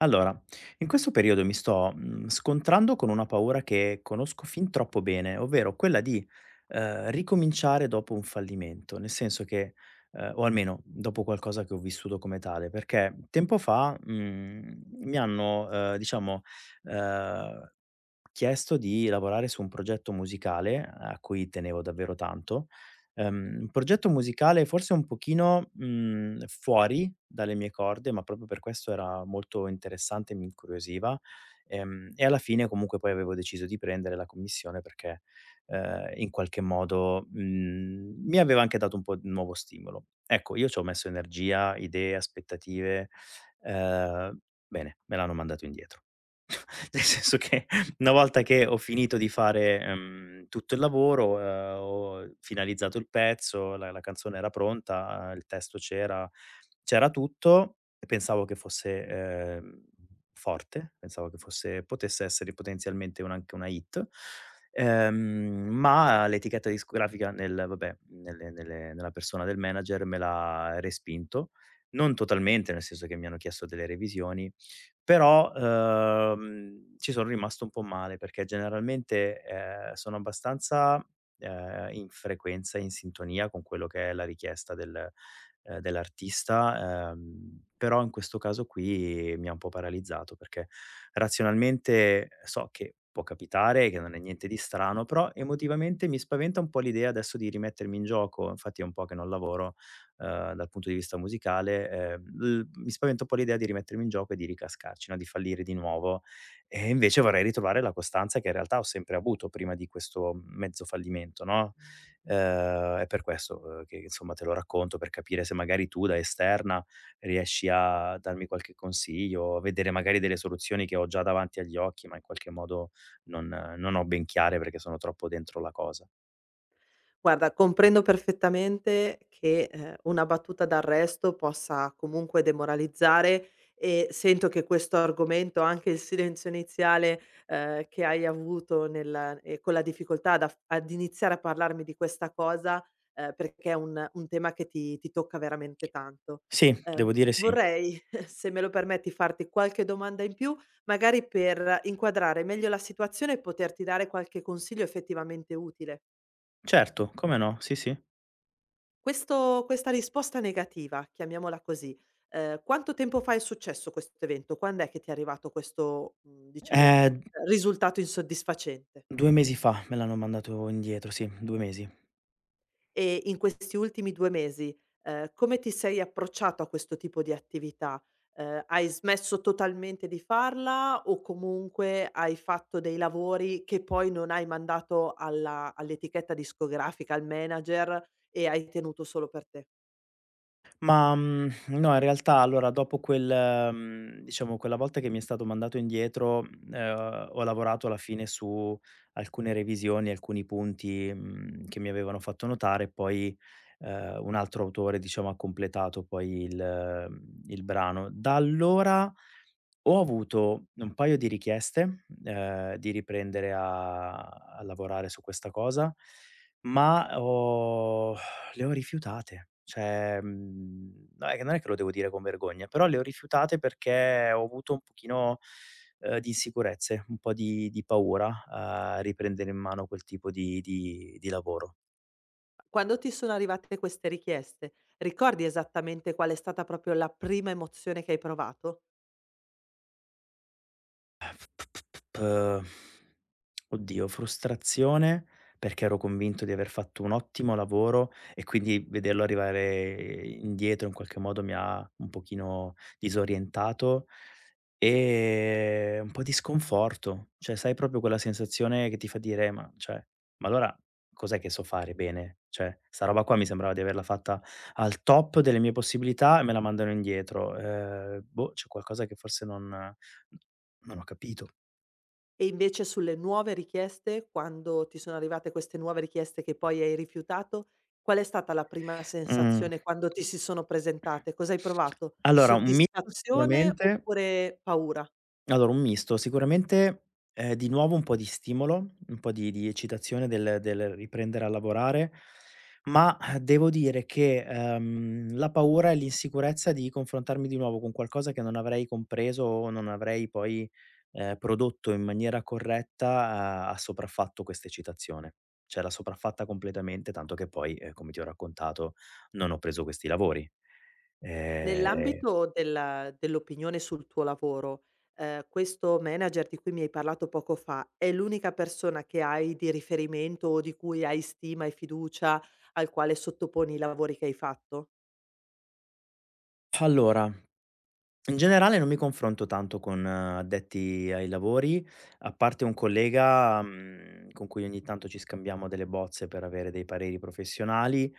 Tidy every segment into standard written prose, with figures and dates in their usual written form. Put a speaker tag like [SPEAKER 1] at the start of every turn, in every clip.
[SPEAKER 1] Allora, in questo periodo mi sto, scontrando con una paura che conosco fin troppo bene, ovvero quella di, ricominciare dopo un fallimento. Nel senso che o almeno dopo qualcosa che ho vissuto come tale, perché tempo fa, mi hanno, diciamo, ehm, chiesto di lavorare su un progetto musicale a cui tenevo davvero tanto. Un progetto musicale forse un pochino, fuori dalle mie corde, ma proprio per questo era molto interessante e mi incuriosiva, e alla fine comunque poi avevo deciso di prendere la commissione perché, in qualche modo, mi aveva anche dato un po' di nuovo stimolo. Ecco, io c'ho messo energia, idee, aspettative, ehm, bene, me l'hanno mandato indietro. Nel senso che una volta che ho finito di fare, tutto il lavoro, ho finalizzato il pezzo, la canzone era pronta, il testo c'era, c'era tutto e pensavo che fosse, forte, pensavo che fosse potesse essere potenzialmente un anche una hit, ehm, ma l'etichetta discografica nel vabbè, nelle nelle nella persona del manager me l'ha respinto, non totalmente, nel senso che mi hanno chiesto delle revisioni però, ci son rimasto un po' male perché generalmente, sono abbastanza, in frequenza, in sintonia con quello che è la richiesta del dell'artista, però in questo caso qui mi ha un po' paralizzato perché razionalmente so che può capitare, che non è niente di strano, però emotivamente mi spaventa un po' l'idea adesso di rimettermi in gioco, infatti è un po' che non lavoro dal punto di vista musicale, l mi spaventa un po' l'idea di rimettermi in gioco e di ricascarci, no, di fallire di nuovo. E invece vorrei ritrovare la costanza che in realtà ho sempre avuto prima di questo mezzo fallimento, no, è per questo, che insomma te lo racconto, per capire se magari tu da esterna riesci a darmi qualche consiglio, a vedere magari delle soluzioni che ho già davanti agli occhi, ma in qualche modo non non ho ben chiare perché sono troppo dentro la cosa.
[SPEAKER 2] Guarda, comprendo perfettamente che, una battuta d'arresto possa comunque demoralizzare e sento che questo argomento, anche il silenzio iniziale, che hai avuto nel con la difficoltà ad iniziare a parlarmi di questa cosa, perché è un tema che ti tocca veramente tanto.
[SPEAKER 1] Sì,
[SPEAKER 2] Ehm,
[SPEAKER 1] devo dire sì.
[SPEAKER 2] Vorrei, se me lo permetti, farti qualche domanda in più, magari per inquadrare meglio la situazione e poterti dare qualche consiglio effettivamente utile.
[SPEAKER 1] Certo, come no, sì, sì.
[SPEAKER 2] Questo Questa risposta negativa, chiamiamola così, quanto tempo fa è successo questo evento? Quand'è che ti è arrivato questo, diciamo,
[SPEAKER 1] Eh
[SPEAKER 2] risultato insoddisfacente?
[SPEAKER 1] 2 mesi fa me l'hanno mandato indietro, sì, 2 mesi.
[SPEAKER 2] E in questi ultimi 2 mesi, come ti sei approcciato a questo tipo di attività? Hai smesso totalmente di farla o comunque hai fatto dei lavori che poi non hai mandato alla all'etichetta discografica, al manager e hai tenuto solo per te?
[SPEAKER 1] Ma, mhmm, no, in realtà allora dopo quel diciamo quella volta che mi è stato mandato indietro, ho lavorato alla fine su alcune revisioni, alcuni punti, che mi avevano fatto notare e poi, un altro autore diciamo ha completato poi il il brano. Da allora ho avuto un paio di richieste, di riprendere a lavorare su questa cosa, ma ho le ho rifiutate. Cioè, no è che non è che lo devo dire con vergogna, però le ho rifiutate perché ho avuto un pochino, di insicurezze, un po' di paura a riprendere in mano quel tipo di lavoro.
[SPEAKER 2] Quando ti sono arrivate queste richieste, ricordi esattamente qual è stata proprio la prima emozione che hai provato?
[SPEAKER 1] Uhm, oddio, frustrazione perché ero convinto di aver fatto un ottimo lavoro e quindi vederlo arrivare indietro in qualche modo mi ha un pochino disorientato e un po' di sconforto. Cioè, sai proprio quella sensazione che ti fa dire: "Ma cioè, ma allora cos'è che so fare bene? Cioè, 'sta roba qua mi sembrava di averla fatta al top delle mie possibilità e me la mandano indietro. Boh, c'è qualcosa che forse non ho capito."
[SPEAKER 2] E invece sulle nuove richieste, quando ti sono arrivate queste nuove richieste che poi hai rifiutato, qual è stata la prima
[SPEAKER 1] Mh.
[SPEAKER 2] sensazione quando ti si sono presentate? Cosa hai provato?
[SPEAKER 1] Allora, un mito
[SPEAKER 2] Soddisfazione
[SPEAKER 1] sicuramente,
[SPEAKER 2] oppure paura?
[SPEAKER 1] allora, un misto, sicuramente, di nuovo un po' di stimolo, un po' di eccitazione del riprendere a lavorare, ma devo dire che, la paura e l'insicurezza di confrontarmi di nuovo con qualcosa che non avrei compreso o non avrei poi, prodotto in maniera corretta, ha sopraffatto questa eccitazione. Cioè l'ha sopraffatta completamente, tanto che poi, come ti ho raccontato, non ho preso questi lavori. Ehm,
[SPEAKER 2] Nell'ambito della dell'opinione sul tuo lavoro, questo manager di cui mi hai parlato poco fa, è l'unica persona che hai di riferimento o di cui hai stima e fiducia, al quale sottoponi i lavori che hai fatto?
[SPEAKER 1] allora In generale non mi confronto tanto con addetti ai lavori, a parte un collega, con cui ogni tanto ci scambiamo delle bozze per avere dei pareri professionali.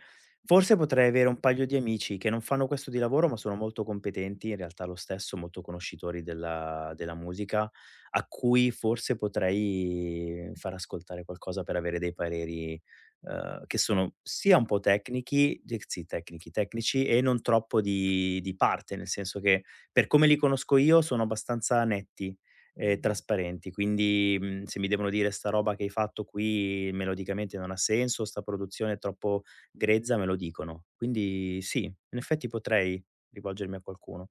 [SPEAKER 1] Forse potrei avere un paio di amici che non fanno questo di lavoro, ma sono molto competenti in realtà lo stesso, molto conoscitori della musica, a cui forse potrei far ascoltare qualcosa per avere dei pareri, che sono sia un po' tecnichi de sì, tecnichi tecnici e non troppo di parte, nel senso che per come li conosco io sono abbastanza netti e Mh-mh. Trasparenti, quindi, se mi devono dire: "Sta roba che hai fatto qui melodicamente non ha senso, sta produzione è troppo grezza", me lo dicono. Quindi sì, in effetti potrei rivolgermi a qualcuno.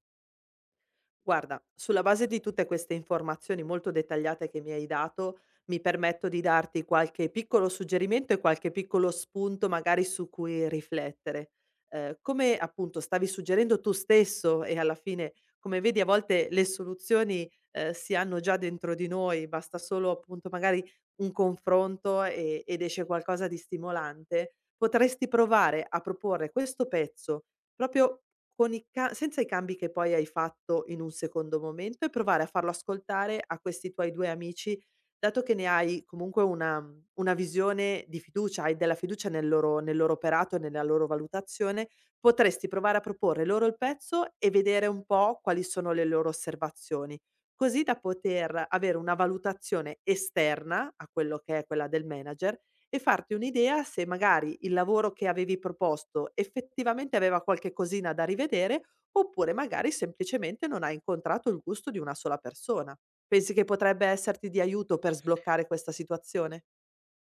[SPEAKER 2] Guarda, sulla base di tutte queste informazioni molto dettagliate che mi hai dato, mi permetto di darti qualche piccolo suggerimento e qualche piccolo spunto magari su cui riflettere. Come appunto stavi suggerendo tu stesso e alla fine, come vedi, a volte le soluzioni si hanno già dentro di noi, basta solo appunto magari un confronto ed esce qualcosa di stimolante. Potresti provare a proporre questo pezzo proprio con i ca senza i cambi che poi hai fatto in un secondo momento, e provare a farlo ascoltare a questi tuoi 2 amici, dato che ne hai comunque una una visione di fiducia, hai della fiducia nel loro operato e nella loro valutazione. Potresti provare a proporre loro il pezzo e vedere un po' quali sono le loro osservazioni, così da poter avere una valutazione esterna a quello che è quella del manager, e farti un'idea se magari il lavoro che avevi proposto effettivamente aveva qualche cosina da rivedere, oppure magari semplicemente non hai incontrato il gusto di una sola persona. Pensi che potrebbe esserti di aiuto per sbloccare questa situazione?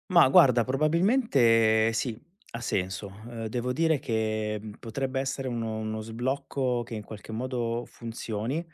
[SPEAKER 1] Ma guarda, probabilmente sì, ha senso. Devo dire che, potrebbe essere uno sblocco che in qualche modo funzioni,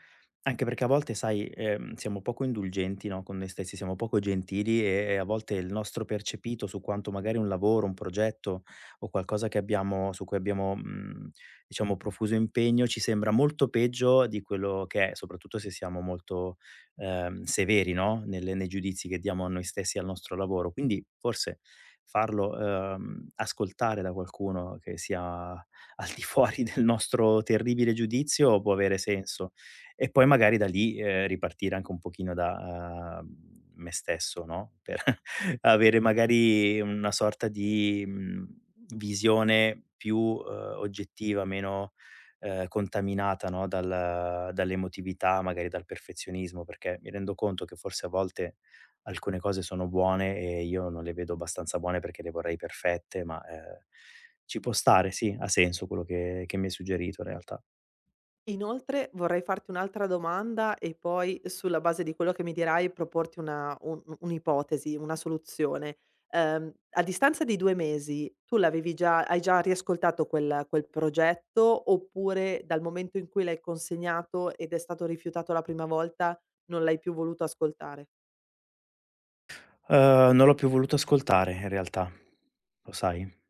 [SPEAKER 1] anche perché a volte sai, siamo poco indulgenti, no, con noi stessi, siamo poco gentili e a volte il nostro percepito su quanto magari un lavoro, un progetto o qualcosa che abbiamo su cui abbiamo, diciamo profuso impegno, ci sembra molto peggio di quello che è, soprattutto se siamo molto severi, no, nelle nei giudizi che diamo a noi stessi e al nostro lavoro. Quindi forse farlo, ascoltare da qualcuno che sia al di fuori del nostro terribile giudizio può avere senso. E poi magari da lì, ripartire anche un pochino da, me stesso, no, per avere magari una sorta di, visione più, oggettiva, meno contaminata, no, dal dall'emotività, magari dal perfezionismo, perché mi rendo conto che forse a volte alcune cose sono buone e io non le vedo abbastanza buone perché le vorrei perfette, ma, ci può stare, sì, ha senso quello che mi hai suggerito in realtà.
[SPEAKER 2] E inoltre vorrei farti un'altra domanda e poi sulla base di quello che mi dirai proporti una un'ipotesi, una soluzione. A distanza di 2 mesi tu l'avevi già hai già riascoltato quel progetto, oppure dal momento in cui l'hai consegnato ed è stato rifiutato la prima volta non l'hai più voluto ascoltare?
[SPEAKER 1] Non l'ho più voluto ascoltare in realtà, lo sai?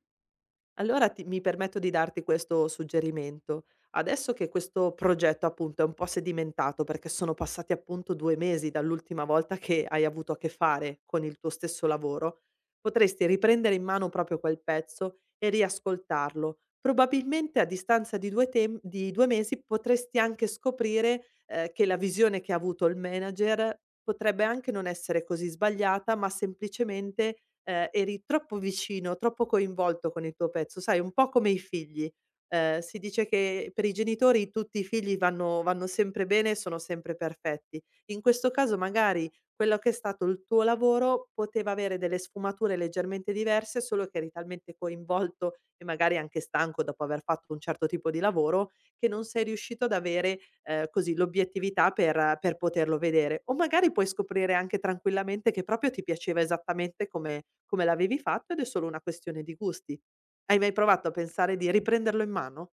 [SPEAKER 2] Allora ti mi permetto di darti questo suggerimento. Adesso che questo progetto appunto è un po' sedimentato, perché sono passati appunto 2 mesi dall'ultima volta che hai avuto a che fare con il tuo stesso lavoro, potresti riprendere in mano proprio quel pezzo e riascoltarlo. Probabilmente a distanza di 2 tem di 2 mesi potresti anche scoprire, che la visione che ha avuto il manager potrebbe anche non essere così sbagliata, ma semplicemente eri troppo vicino, troppo coinvolto con il tuo pezzo. Sai, un po' come i figli. Si dice che per i genitori tutti i figli vanno sempre bene e sono sempre perfetti. In questo caso magari quello che è stato il tuo lavoro poteva avere delle sfumature leggermente diverse, solo che eri talmente coinvolto e magari anche stanco dopo aver fatto un certo tipo di lavoro, che non sei riuscito ad avere così l'obiettività per poterlo vedere. O magari puoi scoprire anche tranquillamente che proprio ti piaceva esattamente come l'avevi fatto, ed è solo una questione di gusti. Hai mai provato a pensare di riprenderlo in mano?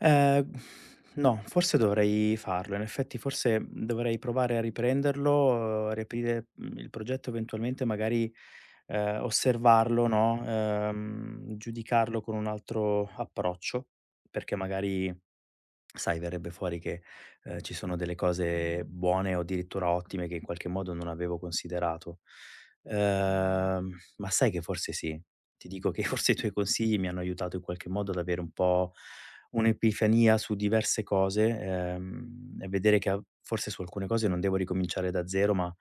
[SPEAKER 1] Ehm, no, forse dovrei farlo. In effetti forse dovrei provare a riprenderlo, riaprire, il progetto eventualmente magari, osservarlo, no, giudicarlo con un altro approccio, perché magari sai, verrebbe fuori che, ci sono delle cose buone o addirittura ottime che in qualche modo non avevo considerato. Ehm, ma sai che forse sì. Ti dico che forse i tuoi consigli mi hanno aiutato in qualche modo ad avere un po' un'epifania su diverse cose, e vedere che a forse su alcune cose non devo ricominciare da zero, ma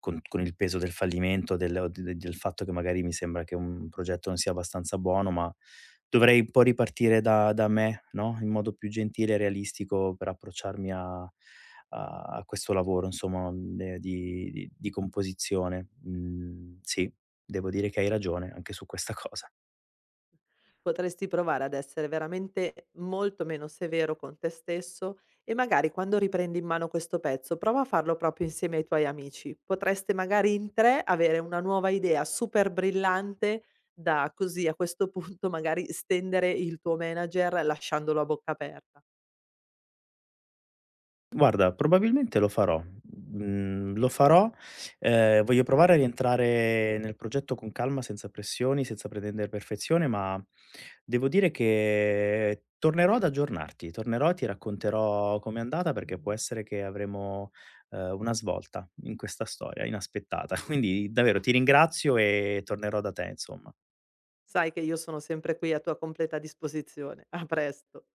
[SPEAKER 1] con il peso del fallimento, del o d del fatto che magari mi sembra che un progetto non sia abbastanza buono, ma dovrei un po' ripartire da me, no, in modo più gentile e realistico per approcciarmi a questo lavoro insomma, di composizione. Mhmm, sì, devo dire che hai ragione anche su questa cosa.
[SPEAKER 2] Potresti provare ad essere veramente molto meno severo con te stesso e magari quando riprendi in mano questo pezzo, prova a farlo proprio insieme ai tuoi amici. Potreste magari in 3 avere una nuova idea super brillante da così a questo punto magari stendere il tuo manager lasciandolo a bocca aperta.
[SPEAKER 1] Guarda, probabilmente lo farò. Mhmm, lo farò, voglio provare a rientrare nel progetto con calma, senza pressioni, senza pretendere perfezione, ma devo dire che tornerò ad aggiornarti, tornerò e ti racconterò com'è andata, perché può essere che avremo, una svolta in questa storia inaspettata. Quindi davvero ti ringrazio e tornerò da te, insomma.
[SPEAKER 2] Sai che io sono sempre qui a tua completa disposizione. A presto.